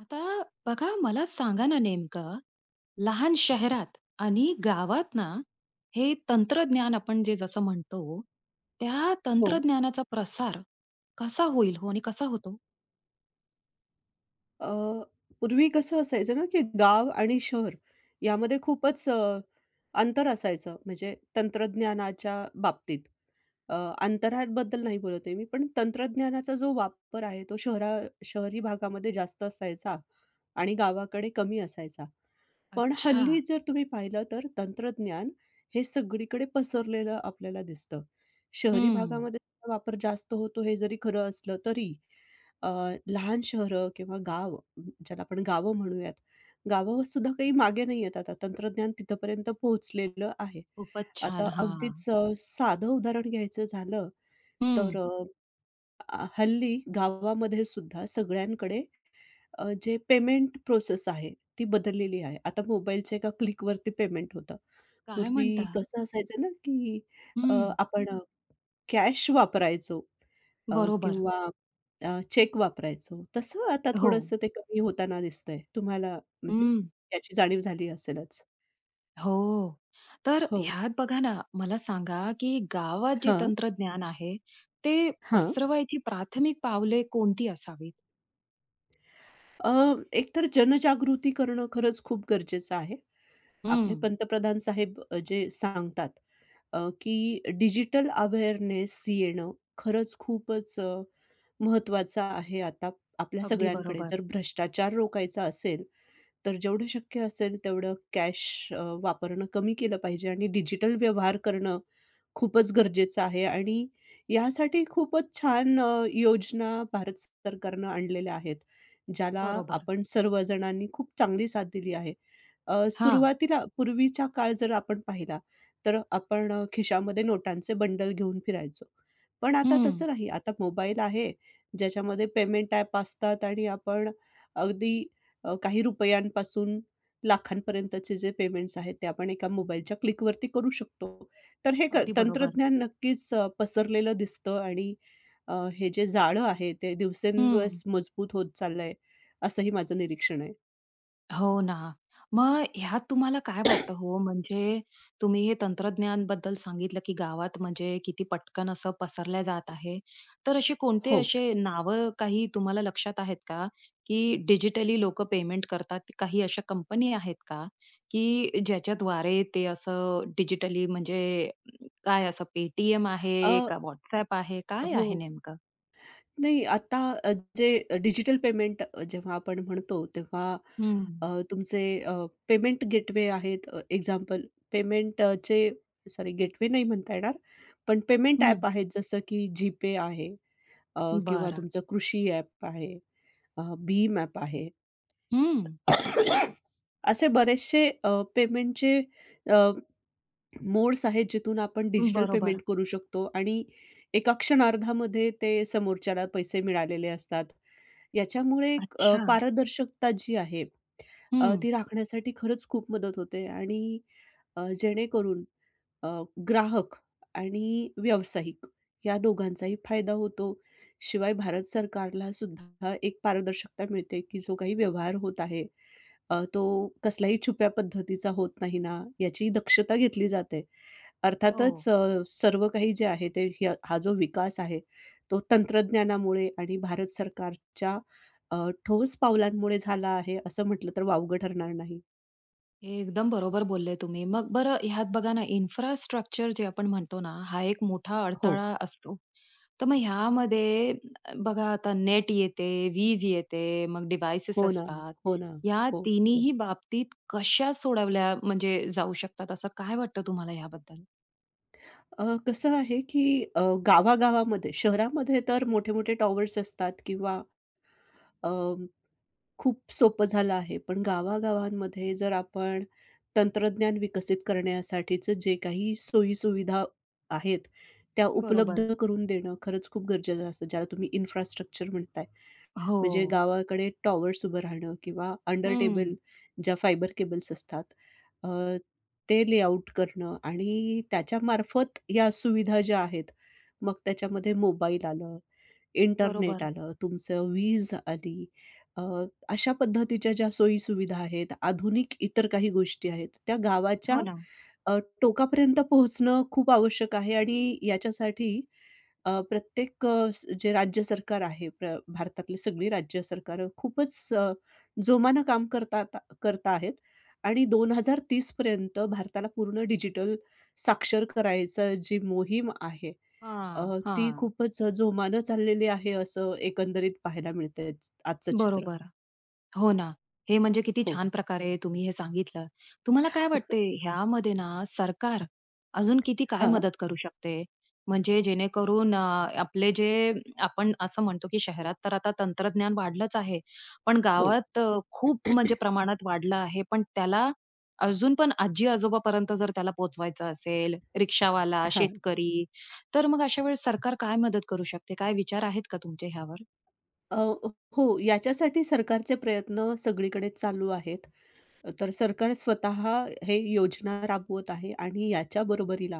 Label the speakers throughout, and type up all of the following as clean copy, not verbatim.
Speaker 1: आता बघा मला सांगा ना नेमकं, लहान शहरात आणि गावात ना, हे तंत्रज्ञान आपण जे जसं म्हणतो, त्या
Speaker 2: हो.
Speaker 1: तंत्रज्ञानाचा प्रसार कसा होईल हो आणि कसा होतो?
Speaker 2: अ, पूर्वी कसं असायचं ना, की गाव आणि शहर यामध्ये खूपच अंतर असायचं. म्हणजे तंत्रज्ञानाच्या बाबतीत. अ, अंतराबद्दल नाही बोलत आहे मी, पण तंत्रज्ञानाचा जो वापर आहे, तो शहरी भागामध्ये जास्त असायचा आणि गावाकडे कमी असायचा. पण
Speaker 1: अच्छा.
Speaker 2: हल्ली जर तुम्ही पाहिलं तर तंत्रज्ञान हे सगळीकडे पसरलेलं आपल्याला दिसतं. शहरी
Speaker 1: हं.
Speaker 2: भागामध्ये त्याचा वापर जास्त होतो हे जरी खरं असलं तरी अ, लहान शहरं किंवा गाव ज्याला आपण गावं म्हणूयात, गावावर सुद्धा काही मागे नाही आहेत आता तंत्रज्ञान तिथपर्यंत पोहोचलेलं आहे.
Speaker 1: खूपच
Speaker 2: आता
Speaker 1: छान. हां.
Speaker 2: अगदीच साधं उदाहरण घ्यायचं झालं
Speaker 1: हं.
Speaker 2: तर हल्ली गावामध्ये सुद्धा सगळ्यांकडे जे पेमेंट प्रोसेस आहे, ती बदललेली आहे. आता मोबाईलच्या एका क्लिकवरती पेमेंट होतं.
Speaker 1: काय
Speaker 2: पूर्वी
Speaker 1: म्हणता?
Speaker 2: कसं असायचं ना, की
Speaker 1: हं.
Speaker 2: आपण कॅश वापरायचो अ,
Speaker 1: बरोबर.
Speaker 2: किंवा चेक वापरायचो. तसं आता
Speaker 1: हो.
Speaker 2: थोडंसं ते कमी होताना दिसतंय. तुम्हाला म्हणजे
Speaker 1: हं.
Speaker 2: याची जाणीव झाली असेलच.
Speaker 1: हो. तर
Speaker 2: हो.
Speaker 1: ह्यात बघा ना, मला सांगा, की गावात जे
Speaker 2: हां,
Speaker 1: तंत्रज्ञान आहे, ते
Speaker 2: हां.
Speaker 1: पसरवायची प्राथमिक पावले कोणती असावीत?
Speaker 2: अ, एकतर जनजागृती करणं खरंच खूप गरजेचं आहे. आपले
Speaker 1: हं.
Speaker 2: पंतप्रधान साहेब जे सांगतात की डिजिटल अवेअरनेस येणं खरंच खूपच महत्त्वाचं आहे आता आपल्या
Speaker 1: अगदी
Speaker 2: सगळ्यांकडे.
Speaker 1: बरोबर.
Speaker 2: जर भ्रष्टाचार रोखायचा असेल, तर जेवढं शक्य असेल तेवढं कॅश वापरणं कमी केलं पाहिजे आणि डिजिटल व्यवहार करणं खूपच गरजेचं आहे आणि यासाठी खूपच छान योजना भारत सरकारनं आणलेल्या आहेत, ज्याला
Speaker 1: बरोबर.
Speaker 2: आपण सर्वजणांनी खूप चांगली साथ दिली आहे.
Speaker 1: हां.
Speaker 2: सुरुवातीला पूर्वीचा काळ जर आपण पाहिला, तर आपण खिशामध्ये नोटांचे बंडल घेऊन फिरायचो. पण आता
Speaker 1: हं.
Speaker 2: तसं नाही. आता मोबाईल आहे, ज्याच्यामध्ये पेमेंट ॲप असतात आणि आपण अगदी काही रुपयांपासून लाखांपर्यंतचे जे पेमेंट्स आहेत, ते आपण एका मोबाईलच्या क्लिकवरती करू शकतो. तर हे
Speaker 1: अगदी बरोबर.
Speaker 2: तंत्रज्ञान नक्कीच पसरलेलं दिसतं आणि हे जे जाळं आहे, ते
Speaker 1: हं.
Speaker 2: दिवसेंदिवस मजबूत होत चाललंय, असंही माझं निरीक्षण आहे.
Speaker 1: हो ना. मग ह्यात तुम्हाला काय वाटतं हो? म्हणजे तुम्ही हे तंत्रज्ञान बद्दल सांगितलं, की गावात म्हणजे किती पटकन असं पसरल्या जात आहे. तर असे कोणते
Speaker 2: हो.
Speaker 1: असे नावं काही तुम्हाला लक्षात आहेत का? की डिजिटली लोकं पेमेंट करतात. काही अशा कंपनी आहेत का? की ज्याच्याद्वारे ते असं डिजिटली म्हणजे काय असं Paytm आहे
Speaker 2: अ,
Speaker 1: का WhatsApp आहे? काय
Speaker 2: हो.
Speaker 1: आहे नेमकं?
Speaker 2: नाही, आता जे डिजिटल पेमेंट जेव्हा आपण म्हणतो तेव्हा
Speaker 1: हं.
Speaker 2: तुमचे पेमेंट गेटवे आहेत. एक्झाम्पल पेमेंटचे सॉरी गेटवे नाही म्हणता येणार, पण पेमेंट ॲप
Speaker 1: हं,
Speaker 2: आहेत जसं की जीपे आहे किंवा
Speaker 1: बरं.
Speaker 2: तुमचं कृषी ॲप आहे, भीम ॲप आहे.
Speaker 1: हं.
Speaker 2: असे बरेचसे पेमेंटचे मोड्स आहेत जिथून आपण डिजिटल
Speaker 1: बरोबर.
Speaker 2: पेमेंट करू शकतो आणि एका क्षणार्धामध्ये ते समोरच्याला पैसे मिळालेले असतात. याच्यामुळे एक
Speaker 1: अच्छा.
Speaker 2: पारदर्शकता जी आहे
Speaker 1: हं.
Speaker 2: ती राखण्यासाठी खरंच खूप मदत होते आणि जेणेकरून अ, ग्राहक आणि व्यावसायिक या दोघांचाही फायदा होतो. शिवाय भारत सरकारला सुद्धा एक पारदर्शकता मिळते, की जो काही व्यवहार होत आहे, तो कसल्याही छुप्या पद्धतीचा होत नाही ना, याची दक्षता घेतली जाते.
Speaker 1: हो.
Speaker 2: अर्थातच सर्व काही जे आहे ते हा जो विकास आहे, तो तंत्रज्ञानामुळे आणि भारत सरकारच्या ठोस पावलांमुळे झाला आहे, असं म्हटलं तर वावगं ठरणार नाही.
Speaker 1: एकदम बरोबर बोलले तुम्ही. मग बरं ह्यात बघा ना, इन्फ्रास्ट्रक्चर जे आपण म्हणतो ना, हा एक मोठा
Speaker 2: हो.
Speaker 1: अडथळा असतो. तर मग ह्यामध्ये बघा आता नेट येते, वीज येते, मग डिव्हाइसेस
Speaker 2: हो ना,
Speaker 1: असतात.
Speaker 2: हो ना.
Speaker 1: या
Speaker 2: हो, हो.
Speaker 1: तिन्हीही बाबतीत कशा सोडवल्या म्हणजे जाऊ शकतात, असं काय वाटतं तुम्हाला याबद्दल?
Speaker 2: कसं आहे, की अ, गावागावामध्ये शहरामध्ये तर मोठे-मोठे टॉवर्स असतात किंवा अ, खूप सोपं झालं आहे. पण गावागावांमध्ये जर आपण तंत्रज्ञान विकसित करण्यासाठीचं जे काही सोयी आहेत, त्या
Speaker 1: बरोबर.
Speaker 2: उपलब्ध करून देणं खरंच खूप गरजेचं असतं, ज्याला तुम्ही इन्फ्रास्ट्रक्चर म्हणता.
Speaker 1: हो.
Speaker 2: म्हणजे गावाकडे टॉवर्स उभं राहणं किंवा अंडर
Speaker 1: हं.
Speaker 2: टेबल ज्या फायबर केबल्स असतात अ, ते लेआउट करणं आणि त्याच्यामार्फत या सुविधा ज्या आहेत, मग त्याच्यामध्ये मोबाईल आलं, इंटरनेट
Speaker 1: बरोबर.
Speaker 2: आलं, तुमचं वीज आली. अ, अशा पद्धतीच्या ज्या सोयी-सुविधा आहेत, आधुनिक इतर काही गोष्टी आहेत, त्या गावाच्या
Speaker 1: हो ना.
Speaker 2: अ, टोकापर्यंत पोहोचणं खूप आवश्यक आहे आणि याच्यासाठी प्रत्येक अ, स जे राज्य सरकार आहे, भारतातली सगळी राज्य सरकारं खूपच जोमानं काम करतात करत आहेत आणि 2030 पर्यंत भारताला पूर्ण डिजिटल साक्षर करायचं जी मोहीम आहे,
Speaker 1: हां,
Speaker 2: ती
Speaker 1: हां.
Speaker 2: खूपच जोमानं चाललेली आहे, असं एकंदरीत पाहायला मिळतंय आजचं चित्र.
Speaker 1: बरोबर. हो ना. हे म्हणजे किती
Speaker 2: हो.
Speaker 1: छान प्रकारे तुम्ही हे सांगितलं. तुम्हाला काय वाटते ह्यामध्ये ना सरकार अजून किती काय
Speaker 2: हां.
Speaker 1: मदत करू शकते? म्हणजे जेणेकरून आपले जे आपण असं म्हणतो की शहरात तर आता तंत्रज्ञान वाढलंच आहे. पण
Speaker 2: हो.
Speaker 1: गावात खूप म्हणजे प्रमाणात वाढलं आहे. पण त्याला अजून पण आजी-आजोबापर्यंत जर त्याला पोहोचवायचं असेल, रिक्षावाला,
Speaker 2: हां.
Speaker 1: शेतकरी, तर मग अशा वेळेस सरकार काय मदत करू शकते? काय विचार आहेत का तुमचे ह्यावर?
Speaker 2: अ, हो, याच्यासाठी सरकारचे प्रयत्न सगळीकडे चालू आहेत. तर सरकार स्वतः हे योजना राबवत आहे आणि याच्या बरोबरीला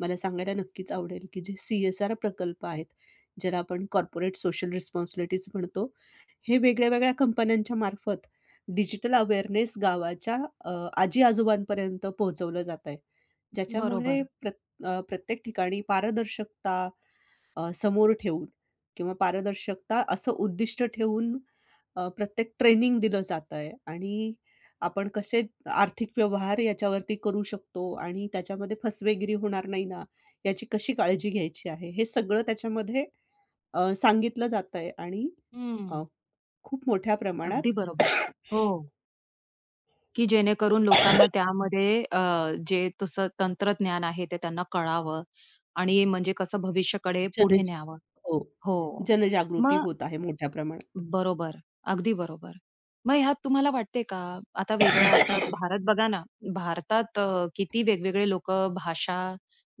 Speaker 2: मला सांगायला नक्कीच आवडेल, की जे सी-एस-आर प्रकल्प आहेत, ज्याला आपण कॉर्पोरेट सोशल रिस्पॉन्सिबिलिटीज म्हणतो. हे वेगळ्या-वेगळ्या कंपन्यांच्या मार्फत डिजिटल अवेअरनेस गावाच्या अ, आजी-आजोबांपर्यंत पोहोचवलं जात आहे. ज्याच्यामुळे
Speaker 1: बरोबर.
Speaker 2: प्रत्येक ठिकाणी पारदर्शकता समोर ठेवून किंवा पारदर्शकता असं उद्दिष्ट ठेवून प्रत्येक ट्रेनिंग दिलं जातंय आणि आपण कसे आर्थिक व्यवहार याच्यावरती करू शकतो आणि त्याच्यामध्ये फसवेगिरी होणार नाही ना, याची कशी काळजी घ्यायची आहे, हे सगळं त्याच्यामध्ये सांगितलं जातंय आणि
Speaker 1: हं.
Speaker 2: अ, खूप मोठ्या
Speaker 1: अगदी
Speaker 2: प्रमाणात
Speaker 1: बरोबर. हो, की जेणेकरून लोकांना त्यामध्ये जे तसं तंत्रज्ञान आहे ते त्यांना कळावं आणि म्हणजे कसं भविष्याकडे
Speaker 2: जन
Speaker 1: पुढे न्यावं.
Speaker 2: हो,
Speaker 1: हो.
Speaker 2: जनजागृती
Speaker 1: मग
Speaker 2: होत आहे मोठ्या प्रमाणात.
Speaker 1: बरोबर. अगदी बरोबर. मग ह्यात तुम्हाला वाटते का, आता वेगळा आता भारत बघा ना, भारतात किती वेगवेगळे लोक भाषा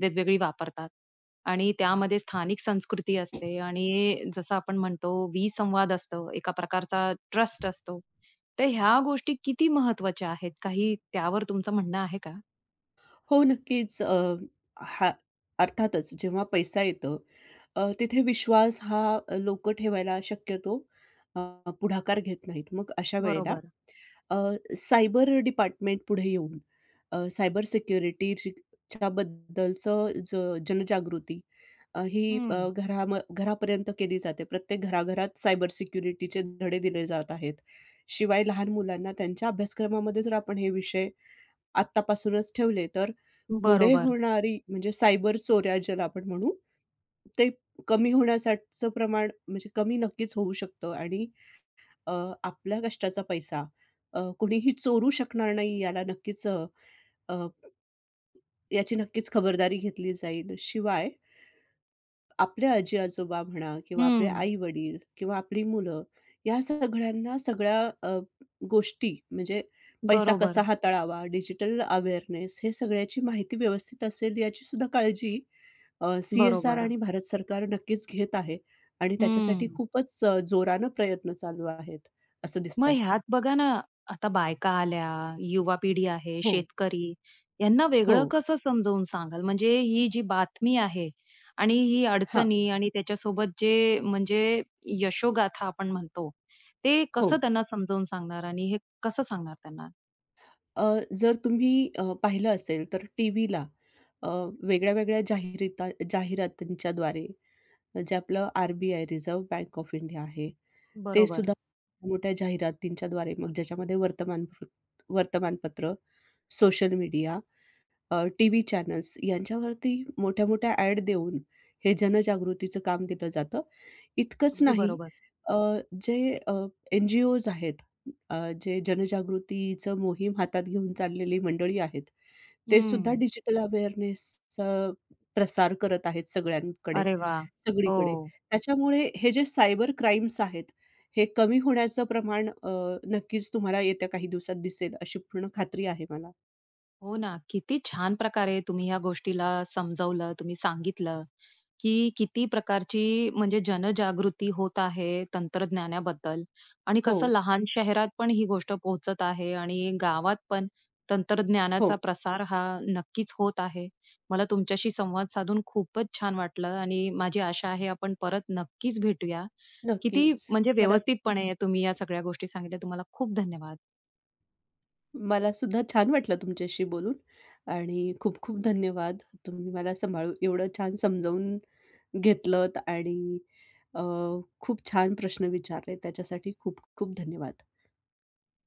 Speaker 1: वेगवेगळी वापरतात आणि त्यामध्ये स्थानिक संस्कृती असते आणि जसं आपण म्हणतो विसंवाद असतो, एका प्रकारचा ट्रस्ट असतो. तर ह्या गोष्टी किती महत्त्वाच्या आहेत? काही त्यावर तुमचं म्हणणं आहे का?
Speaker 2: हो, नक्कीच. हा अर्थातच जेव्हा पैसा येतो तिथे विश्वास हा लोकं ठेवायला शक्यतो अ, पुढाकार घेत नाहीत. मग अशा वेळेला
Speaker 1: बरोबर.
Speaker 2: अ, सायबर डिपार्टमेंट पुढे येऊन सायबर च्याबद्दलचं जनजागृती अ, ही अ,
Speaker 1: हं.
Speaker 2: घरा घरापर्यंत केली जाते. प्रत्येक घराघरात सायबर सिक्युरिटीचे धडे दिले जात आहेत. शिवाय लहान मुलांना त्यांच्या अभ्यासक्रमामध्ये जर आपण हे विषय आत्तापासूनच ठेवले, तर पुढे
Speaker 1: बरोबर.
Speaker 2: होणारी म्हणजे सायबर चोऱ्या ज्याला आपण म्हणू, ते कमी होण्यासाठीचं प्रमाण म्हणजे कमी नक्कीच होऊ शकतं आणि अ, आपल्या कष्टाचा पैसा कुणीही चोरू शकणार नाही याला नक्कीच अ, अ, याची नक्कीच खबरदारी घेतली जाईल. शिवाय आपले आजी-आजोबा म्हणा किंवा आपले
Speaker 1: हं.
Speaker 2: आई-वडील किंवा आपली मुलं या सगळ्यांना सगळ्या गोष्टी म्हणजे पैसा कसा
Speaker 1: बरोबर.
Speaker 2: हाताळावा, डिजिटल अवेअरनेस हे सगळ्याची माहिती व्यवस्थित असेल याची सुद्धा काळजी सी-एस-आर
Speaker 1: बरोबर.
Speaker 2: आणि भारत सरकार नक्कीच घेत आहे आणि त्याच्यासाठी
Speaker 1: हं.
Speaker 2: खूपच जोरानं प्रयत्न चालू आहेत असं
Speaker 1: मग
Speaker 2: दिसतंय.
Speaker 1: ह्यात बघा ना, आता बायका आल्या, युवा पिढी आहे,
Speaker 2: हो.
Speaker 1: शेतकरी यांना
Speaker 2: हो.
Speaker 1: वेगळं कसं समजावून सांगाल? म्हणजे ही जी बातमी आहे आणि ही
Speaker 2: हां.
Speaker 1: अडचणी आणि त्याच्यासोबत जे म्हणजे यशोगाथा आपण म्हणतो, ते
Speaker 2: हो.
Speaker 1: कसं त्यांना समजावून सांगणार आणि हे कसं सांगणार त्यांना?
Speaker 2: अ, जर तुम्ही पाहिलं असेल तर टीव्हीला अ, वेगळ्या-वेगळ्या जाहिरातींच्याद्वारे जे आपलं RBI reserve bank of India आहे, ते
Speaker 1: बरोबर.
Speaker 2: सुद्धा मोठ्या जाहिरातींच्याद्वारे मग ज्याच्यामध्ये वर्तमानपत्र, सोशल मीडिया टीव्ही चॅनल्स यांच्यावरती मोठ्या-मोठ्या ॲड देऊन हे जनजागृतीचं काम दिलं जातं. इतकंच
Speaker 1: अगदी
Speaker 2: नाही
Speaker 1: बरोबर.
Speaker 2: अ, जे अ, एन-जी-ओज आहेत, अ, जे जनजागृतीचं मोहीम हातात घेऊन चाललेली मंडळी आहेत, ते सुद्धा
Speaker 1: हं.
Speaker 2: डिजिटल अवेअरनेसचा प्रसार करत आहेत सगळ्यांकडे,
Speaker 1: अरे वाह! हो.
Speaker 2: सगळीकडे. त्याच्यामुळे हे जे सायबर क्राईम्स आहेत, हे कमी होण्याचं प्रमाण नक्कीच तुम्हाला येत्या काही दिवसात दिसेल, अशी पूर्ण खात्री आहे मला.
Speaker 1: हो ना. किती छान प्रकारे तुम्ही ह्या गोष्टीला समजावलं, तुम्ही सांगितलं, की किती प्रकारची म्हणजे जनजागृती होत आहे तंत्रज्ञानाबद्दल आणि
Speaker 2: हो,
Speaker 1: कसं लहान शहरात पण ही गोष्ट पोहोचत आहे आणि गावात पण
Speaker 2: हो.
Speaker 1: तंत्रज्ञानाचा प्रसार हा नक्कीच होत आहे. मला तुमच्याशी संवाद साधून खूपच छान वाटलं आणि माझी आशा आहे आपण परत नक्कीच भेटूया. किती
Speaker 2: नक्कीच.
Speaker 1: म्हणजे
Speaker 2: मला
Speaker 1: व्यवस्थितपणे तुम्ही या सगळ्या गोष्टी सांगितल्या. तुम्हाला खूप धन्यवाद.
Speaker 2: मला सुद्धा छान वाटलं तुमच्याशी बोलून आणि खूप खूप धन्यवाद. तुम्ही मला सांभाळून एवढं छान समजावून घेतलत आणि अ, खूप छान प्रश्न विचारले त्याच्यासाठी खूप खूप धन्यवाद.